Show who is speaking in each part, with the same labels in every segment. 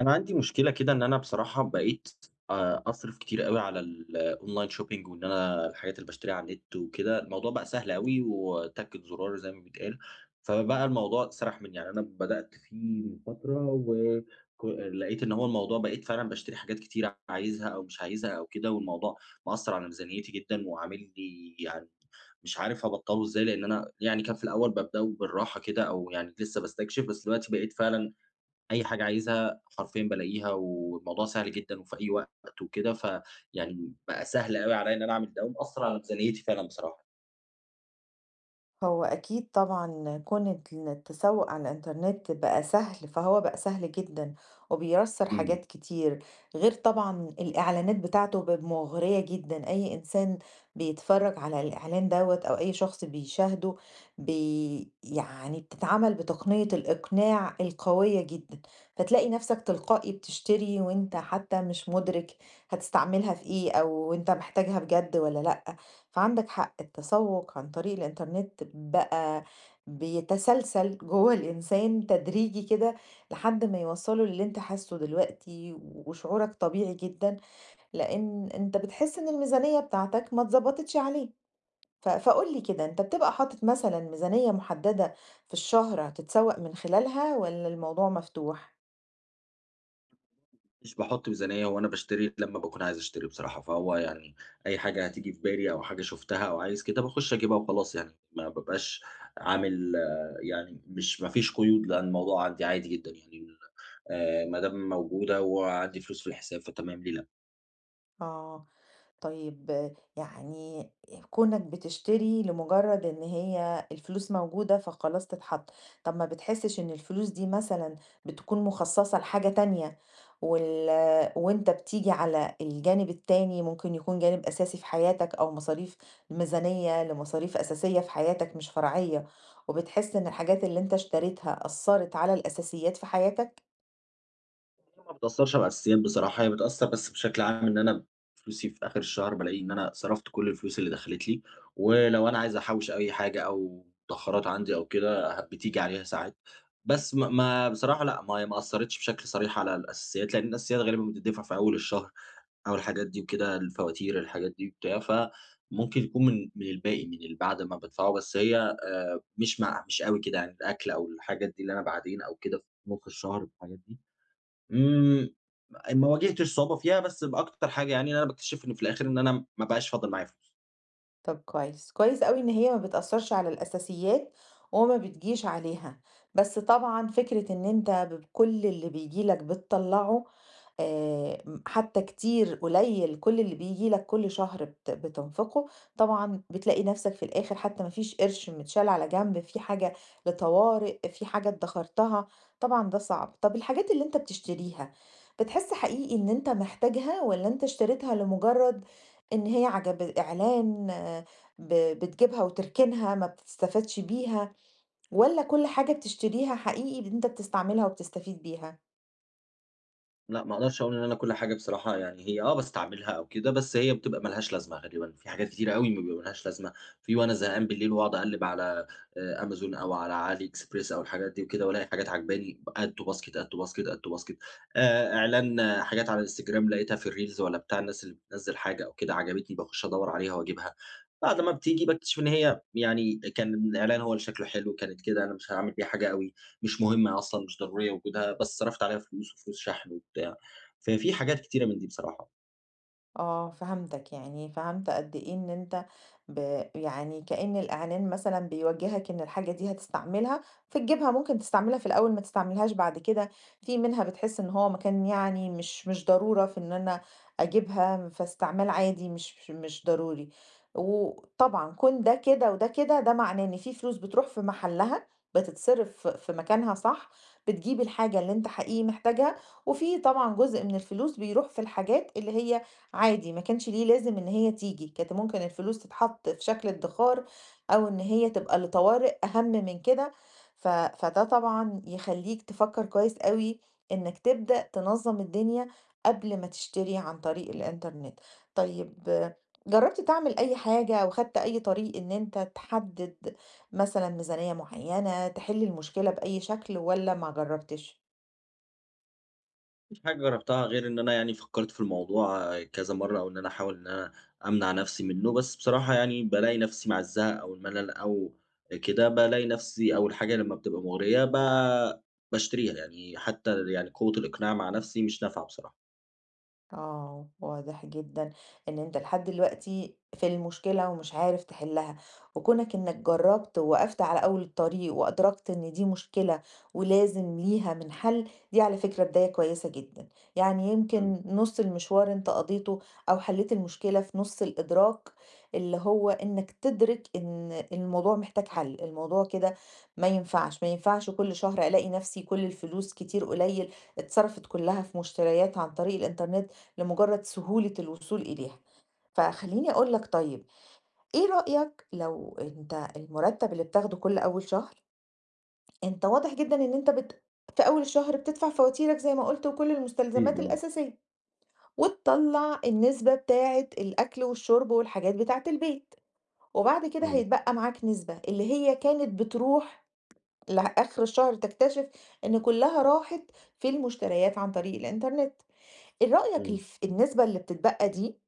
Speaker 1: أنا عندي مشكلة كده إن أنا بصراحة بقيت أصرف كتير أوي على الOnline shopping، وإن أنا الحاجات اللي باشتريها على النت وكده، الموضوع بقى سهل أوي وتَكة زرار زي ما بيتقال، فبقى الموضوع سَرَح منّي. يعني أنا بدأت فيه من فترة و لقيت إن هو الموضوع بقيت فعلًا باشتري حاجات كتير عايزها أو مش عايزها أو كده، والموضوع مأثّر على ميزانيتي جدًا وعامل لي يعني مش عارف هابطّله إزاي، لإن أنا يعني كان في الأول بابدأه بالراحة كده أو يعني لسه باستكشف. بس دلوقتي بقيت فعلًا أي حاجة عايزها حرفيًا بالاقيها، والموضوع سهل جدًا وفي أي وقت وكده، فيعني بقى سهل أوي عليَّ إن أنا أعمل ده، ومأثّر على ميزانيتي فعلًا بصراحة.
Speaker 2: هو أكيد طبعًا كون إن التسوق على الإنترنت بقى سهل، فهو بقى سهل جدًا وبييسّر
Speaker 1: إمم.
Speaker 2: حاجات كتير، غير طبعًا الإعلانات بتاعته بقت مغرية جدًا. أي إنسان بيتفرج على الإعلان دوّة أو أي شخص بيشاهده يعني بتتعمل بتقنية الإقناع القوية جدًا، فتلاقي نفسك تلقائي بتشتري وأنت حتى مش مدرك هتستعملها في إيه أو أنت محتاجها بجد والّا لأ. فعندك حق، التسوق عن طريق الإنترنت بقى بيتسلسل جوه الإنسان تدريجي كده لحد ما يوصله للي انت حاسه دلوقتي، وشعورك طبيعي جدا لأن انت بتحس ان الميزانية بتاعتك ما اتظبطتش عليه. ف- فقولي كده، انت بتبقى حاطط مثلا ميزانية محددة في الشهر هتتسوق من خلالها ولا الموضوع مفتوح؟
Speaker 1: مش باحط ميزانية وأنا باشتري لمّا باكون عايز أشتري بصراحة. فهو يعني أي حاجة هتيجي في بالي أو حاجة شُفتها أو عايز كده باخش أجيبها وخلاص يعني، ما بابقاش عامل آه، يعني مش ما فيش قيود، لأن الموضوع عندي عادي جدًا يعني، ما دام موجودة وعندي فلوس في الحساب فتمام ليه لأ.
Speaker 2: اه، طيب، يعني كونك بتشتري لمجرد ان هي الفلوس موجودة فخلاص تتحط، طب ما بتحسش ان الفلوس دي مثلا بتكون مخصصة لحاجة تانية، وال... وانت بتيجي على الجانب التاني ممكن يكون جانب اساسي في حياتك او مصاريف، ميزانية لمصاريف اساسية في حياتك مش فرعية، وبتحس ان الحاجات اللي انت اشتريتها اثرت على الاساسيات في حياتك؟
Speaker 1: هي ما بتأثّرش على الأساسيات بصراحة، هي بتأثّر بس بشكل عام إن أنا فلوسي في آخر الشهر بالاقي إن أنا صرفت كل الفلوس اللي دخلت لي، ولو أنا عايز أحوّش أي حاجة أو مُدخرّات عندي أو كده ه بتيجي عليها ساعات. بس ما بصراحة لأ، ما هي ما أثّرتش بشكل صريح على الأساسيات، لإن الأساسيات غالبًا بتدّفع في أول الشهر أو الحاجات دي وكده، الفواتير الحاجات دي وبتاع، فممكن يكون من الباقي من اللي بعد ما بادفعه. بس هي مش مع مش أوي كده يعني الأكل أو الحاجات دي اللي أنا بعدين أو كده في نُص الشهر والحاجات دي، إمم ما واجهتش صعوبة فيها. بس بأكتر حاجة يعني إن أنا باكتشف إن في الآخر إن أنا ما بقاش فاضل معايا فلوس.
Speaker 2: طب كويس، كويس أوي إن هي ما بتأثّرش على الأساسيات وما بتجيش عليها، بس طبعًا فكرة إن أنت بكل اللي بييجي لك بتطلّعه، م حتى كتير، قليل، كل اللي بييجي لك كل شهر بتنفقه، طبعًا بتلاقي نفسك في الآخر حتى ما فيش قرش متشال على جنب، في حاجة لطوارئ، في حاجة ادخرتها، طبعًا ده صعب. طب الحاجات اللي أنت بتشتريها، بتحس حقيقي إن أنت محتاجها والّا أنت اشتريتها لمجرد إن هي عجب إعلان آه، بتجيبها وتركنها ما بتستفادش بيها، والّا كل حاجة بتشتريها حقيقي أنت بتستعملها وبتستفيد بيها؟
Speaker 1: لأ، ما أقدرش أقول إن أنا كل حاجة بصراحة، يعني هي آه باستعملها أو كده، بس هي بتبقى ما لهاش لازمة غالبًا. في حاجات كتيرة أوي ما بيبقى ما لهاش لازمة، في وأنا زهقان بالليل واقعد أقلِّب على Amazon أو على علي إكسبريس أو الحاجات دي وكده، والاقي حاجات عاجباني add to basket، add to basket، add to basket، إعلان آه، حاجات على الإنستجرام لقيتها في الreels والّا بتاع الناس اللي بتنزّل حاجة أو كده عجبتني باخُش أدوّر عليها وأجيبها. بعد ما بتيجي باكتشف إن هي يعني كان الإعلان هو اللي شكله حلو، كانت كده أنا مش هاعمل بيها حاجة أوي. مش مهمة أصلًا، مش ضرورية وجودها، بس صرفت عليها فلوس وفلوس شحن وبتاع، ففي حاجات كتيرة من دي بصراحة.
Speaker 2: آه، فهمتك، يعني فهمت قد إيه إن أنت يعني كأن الإعلان مثلًا بيوجّهك إن الحاجة دي هتستعملها، فتجيبها ممكن تستعملها في الأول ما تستعملهاش بعد كده، في منها بتحس إن هو مكان يعني مش ضرورة في إن أنا أجيبها، فاستعمال عادي مش ضروري. وطبعًا كون ده كده وده كده، ده معناه إن في فلوس بتروح في محلها، بتتصرف في مكانها صح، بتجيب الحاجة اللي أنت حقيقي محتاجها، وفي طبعًا جزء من الفلوس بيروح في الحاجات اللي هي عادي ما كانش ليه لازم إن هي تيجي، كانت ممكن الفلوس تتحط في شكل ادّخار أو إن هي تبقى لطوارئ أهَم من كده، فده طبعًا يخلّيك تفكّر كويس أوي إنّك تبدأ تنظّم الدنيا قبل ما تشتري عن طريق الإنترنت. طيب، آه، جرّبت تعمل أي حاجة أو خدت أي طريق إن أنت تحدّد مثلًا ميزانية معيّنة، تحل المشكلة بأي شكل والّا ما جرّبتش؟
Speaker 1: ما فيش حاجة جربتها غير إن أنا يعني فكّرت في الموضوع كذا مرّة، أو إن أنا أحاول إن أنا أمنع نفسي منّه. بس بصراحة يعني بالاقي نفسي مع الزهق أو الملل أو كده، بالاقي نفسي أول حاجة لمّا بتبقى مغرية باشتريها. يعني حتى يعني قوة الإقناع مع نفسي مش نافعة بصراحة.
Speaker 2: آه، واضح جدًا إن أنت لحد دلوقتي في المشكلة ومش عارف تحلها، وكونك إنك جرّبت ووقفت على أول الطريق وأدركت إن دي مشكلة ولازم ليها من حل، دي على فكرة بداية كويسة جدًا، يعني
Speaker 1: إمم.
Speaker 2: يمكن نُص المشوار أنت قضيته، أو حليت المشكلة في نُص الإدراك، اللي هو إنك تدرك إن الموضوع محتاج حل، الموضوع كده ما ينفعش، ما ينفعش كل شهر ألاقي نفسي كل الفلوس كتير قليل اتصرفت كلها في مشتريات عن طريق الإنترنت، لمجرد سهولة الوصول إليها. فخلّيني أقول لك، طيب، إيه رأيك لو أنت المُرتّب اللي بتاخده كل أول شهر، أنت واضح جدًا إن أنت في أول الشهر بتدفع فواتيرك زي ما قُلت وكل
Speaker 1: أكيد
Speaker 2: المستلزمات
Speaker 1: آه.
Speaker 2: الأساسية، وتطلّع النسبة بتاعة الأكل والشرب والحاجات بتاعة البيت، وبعد كده
Speaker 1: إمم،
Speaker 2: هيتبقى معاك نسبة اللي هي كانت بتروح لآخر الشهر تكتشف إن كلّها راحت في المشتريات عن طريق الإنترنت. إيه رأيك
Speaker 1: إمم.
Speaker 2: الف النسبة اللي بتتبقى دي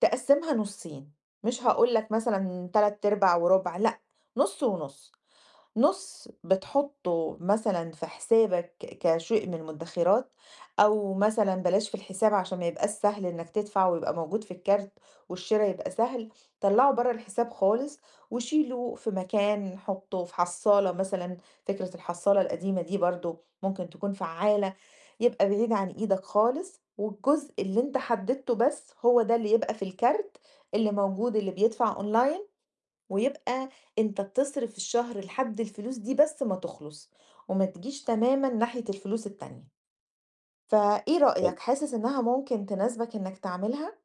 Speaker 2: تقسّمها نُصّين، مش هاقول لك مثلًا تلات أرباع وربع لأ، نُص ونُص. نُص بتحطّه مثلًا في حسابك كشيء من المدخرات، أو مثلًا بلاش في الحساب عشان ما يبقاش سهل إنك تدفع ويبقى موجود في الكارت والشرا يبقى سهل، طلّعه برّه الحساب خالص وشيله في مكان، حطّه في حصّالة مثلًا، فكرة الحصّالة القديمة دي برضه ممكن تكون فعّالة، يبقى بعيد عن إيدك خالص، والجزء اللي أنت حددته بس هو ده اللي يبقى في الكارت اللي موجود اللي بيدفع online، ويبقى أنت بتصرف الشهر لحد الفلوس دي بس ما تخلص، وما تجيش تمامًا ناحية الفلوس التانية، فإيه رأيك؟ حاسس إنها ممكن تناسبك إنك تعملها؟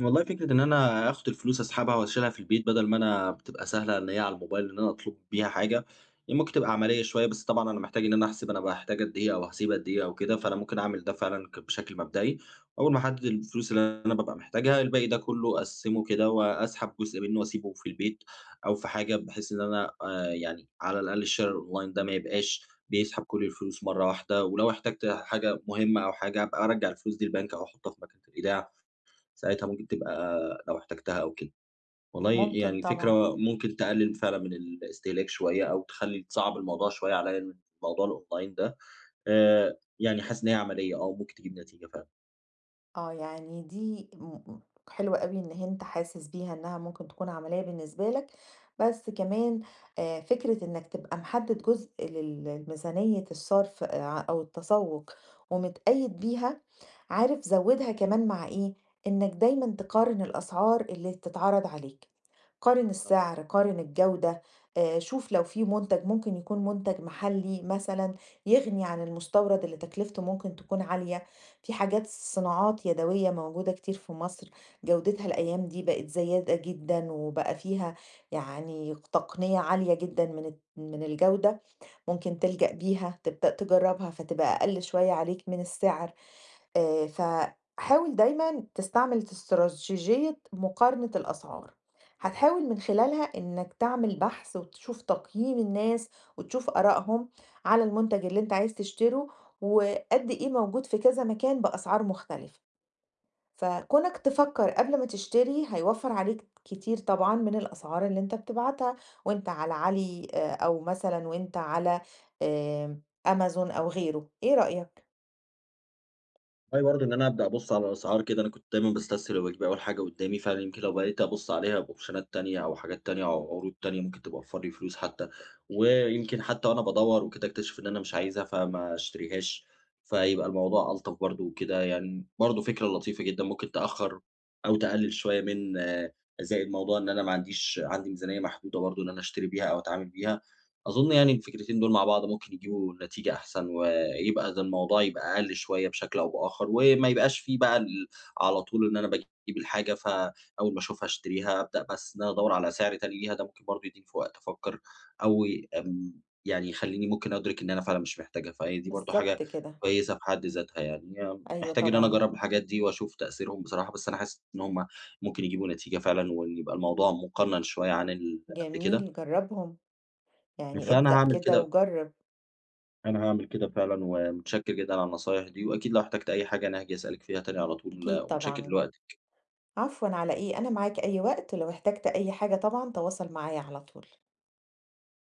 Speaker 1: والله فكرة إن أنا آخد الفلوس أسحبها وأشيلها في البيت بدل ما أنا بتبقى سهلة إن هي على الموبايل إن أنا أطلب بيها حاجة، هي ممكن تبقى عملية شوية. بس طبعًا أنا محتاج إن أنا أحسب أنا باحتاج قد إيه أو هاسيب قد إيه أو كده، فأنا ممكن أعمل ده فعلًا ك بشكل مبدئي. أول ما أحدد الفلوس اللي أنا بابقى محتاجها الباقي ده كله أقسّمه كده وأسحب جزء منه وأسيبه في البيت أو في حاجة، بحيث إن أنا يعني على الأقل الشِرا الأونلاين ده ما يبقاش بيسحب كل الفلوس مرة واحدة، ولو احتجت حاجة مهمة أو حاجة أبقى أرجّع الفلوس دي البنك أو أحطها في مكنة الإيداع. ساعتها ممكن تبقى لو احتجتها أو كده. والله
Speaker 2: ممكن
Speaker 1: يعني
Speaker 2: طبعًا.
Speaker 1: فكرة ممكن تقلل فعلًا من الاستهلاك شوية أو تخلّي تصعّب الموضوع شوية عليّا موضوع الأونلاين ده. يعني حاسس إن هي عملية آه، ممكن تجيب نتيجة فعلًا.
Speaker 2: آه، يعني دي م م حلوة أوي إن أنت حاسس بيها إنها ممكن تكون عملية بالنسبة لك، بس كمان فكرة إنك تبقى محدد جزء لميزانية الصرف أو التسوق ومتقيد بيها، عارف زودها كمان مع إيه، إنك دايمًا تقارن الأسعار اللي بتتعرض عليك، قارن
Speaker 1: آه.
Speaker 2: السعر، قارن الجودة، شوف لو في منتج ممكن يكون منتج محلي مثلًا يغني عن المستورد اللي تكلفته ممكن تكون عالية. في حاجات صناعات يدوية موجودة كتير في مصر، جودتها الأيام دي بقت زيادة جدًا، وبقى فيها يعني تقنية عالية جدًا من الجودة، ممكن تلجأ بيها تبدأ تجربها فتبقى أقل شوية عليك من السعر. فحاول دايمًا تستعمل استراتيجية مقارنة الأسعار، هتحاول من خلالها إنك تعمل بحث وتشوف تقييم الناس وتشوف آرائهم على المنتج اللي أنت عايز تشتره، وقد إيه موجود في كذا مكان بأسعار مختلفة، فكونك تفكر قبل ما تشتري هيوفر عليك كتير طبعًا من الأسعار اللي أنت بتبعتها وأنت على علي، أو مثلًا وأنت على آآ أمازون أو غيره، إيه رأيك؟
Speaker 1: والله برضه ان انا ابدا ابص على الاسعار كده. انا كنت دايما بستسهل وبجيب اول حاجه قدامي فعلا، يمكن لو بقيت ابص عليها باوبشنات تانية او حاجات تانية او عروض تانية ممكن تبقى اوفر لي فلوس حتى، ويمكن حتى وانا بدور وكده اكتشف ان انا مش عايزها فما اشتريهاش، فيبقى الموضوع الطف برضه وكده. يعني برضه فكره لطيفه جدا، ممكن تاخر او تقلل شويه من آه، زائد موضوع ان انا ما عنديش عندي ميزانيه محدوده برضه ان انا اشتري بيها او اتعامل بيها. اظن يعني الفكرتين دول مع بعض ممكن يجيبوا نتيجه احسن، يبقى ده الموضوع يبقى أقل شوية بشكل أو بآخر، وما يبقاش في بقى ال على طول إن أنا باجيب الحاجة فأول ما أشوفها أشتريها. أبدأ بس إن أنا أدوّر على سعر تاني ليها، ده ممكن برضه يدّيني في وقت أفكّر أو ي آمم، يعني يخلّيني ممكن أدرك إن أنا فعلًا مش محتاجها، فهي دي برضه حاجة
Speaker 2: بالضبط كده.
Speaker 1: كويسة في حد ذاتها يعني.
Speaker 2: أيوه
Speaker 1: محتاج إن أنا
Speaker 2: طبعًا.
Speaker 1: أجرّب الحاجات دي وأشوف تأثيرهم بصراحة، بس أنا حاسس إن هم ممكن يجيبوا نتيجة فعلًا وإن يبقى الموضوع مقنّن شوية عن اللي قبل كده.
Speaker 2: جميل، جرّبهم، يعني
Speaker 1: فأنا
Speaker 2: ابدأ
Speaker 1: هاعمل
Speaker 2: كده
Speaker 1: كده
Speaker 2: وجرّب.
Speaker 1: أنا هاعمل كده فعلًا، ومتشكر جدًا على النصايح دي، وأكيد لو احتجت أي حاجة أنا هاجي أسألِك فيها تاني على طول،
Speaker 2: أكيد
Speaker 1: ومتشكر
Speaker 2: طبعًا،
Speaker 1: لوقتِك.
Speaker 2: عفوًا على إيه، أنا معاك أي وقت، ولو احتجت أي حاجة طبعًا تواصل معايا على طول.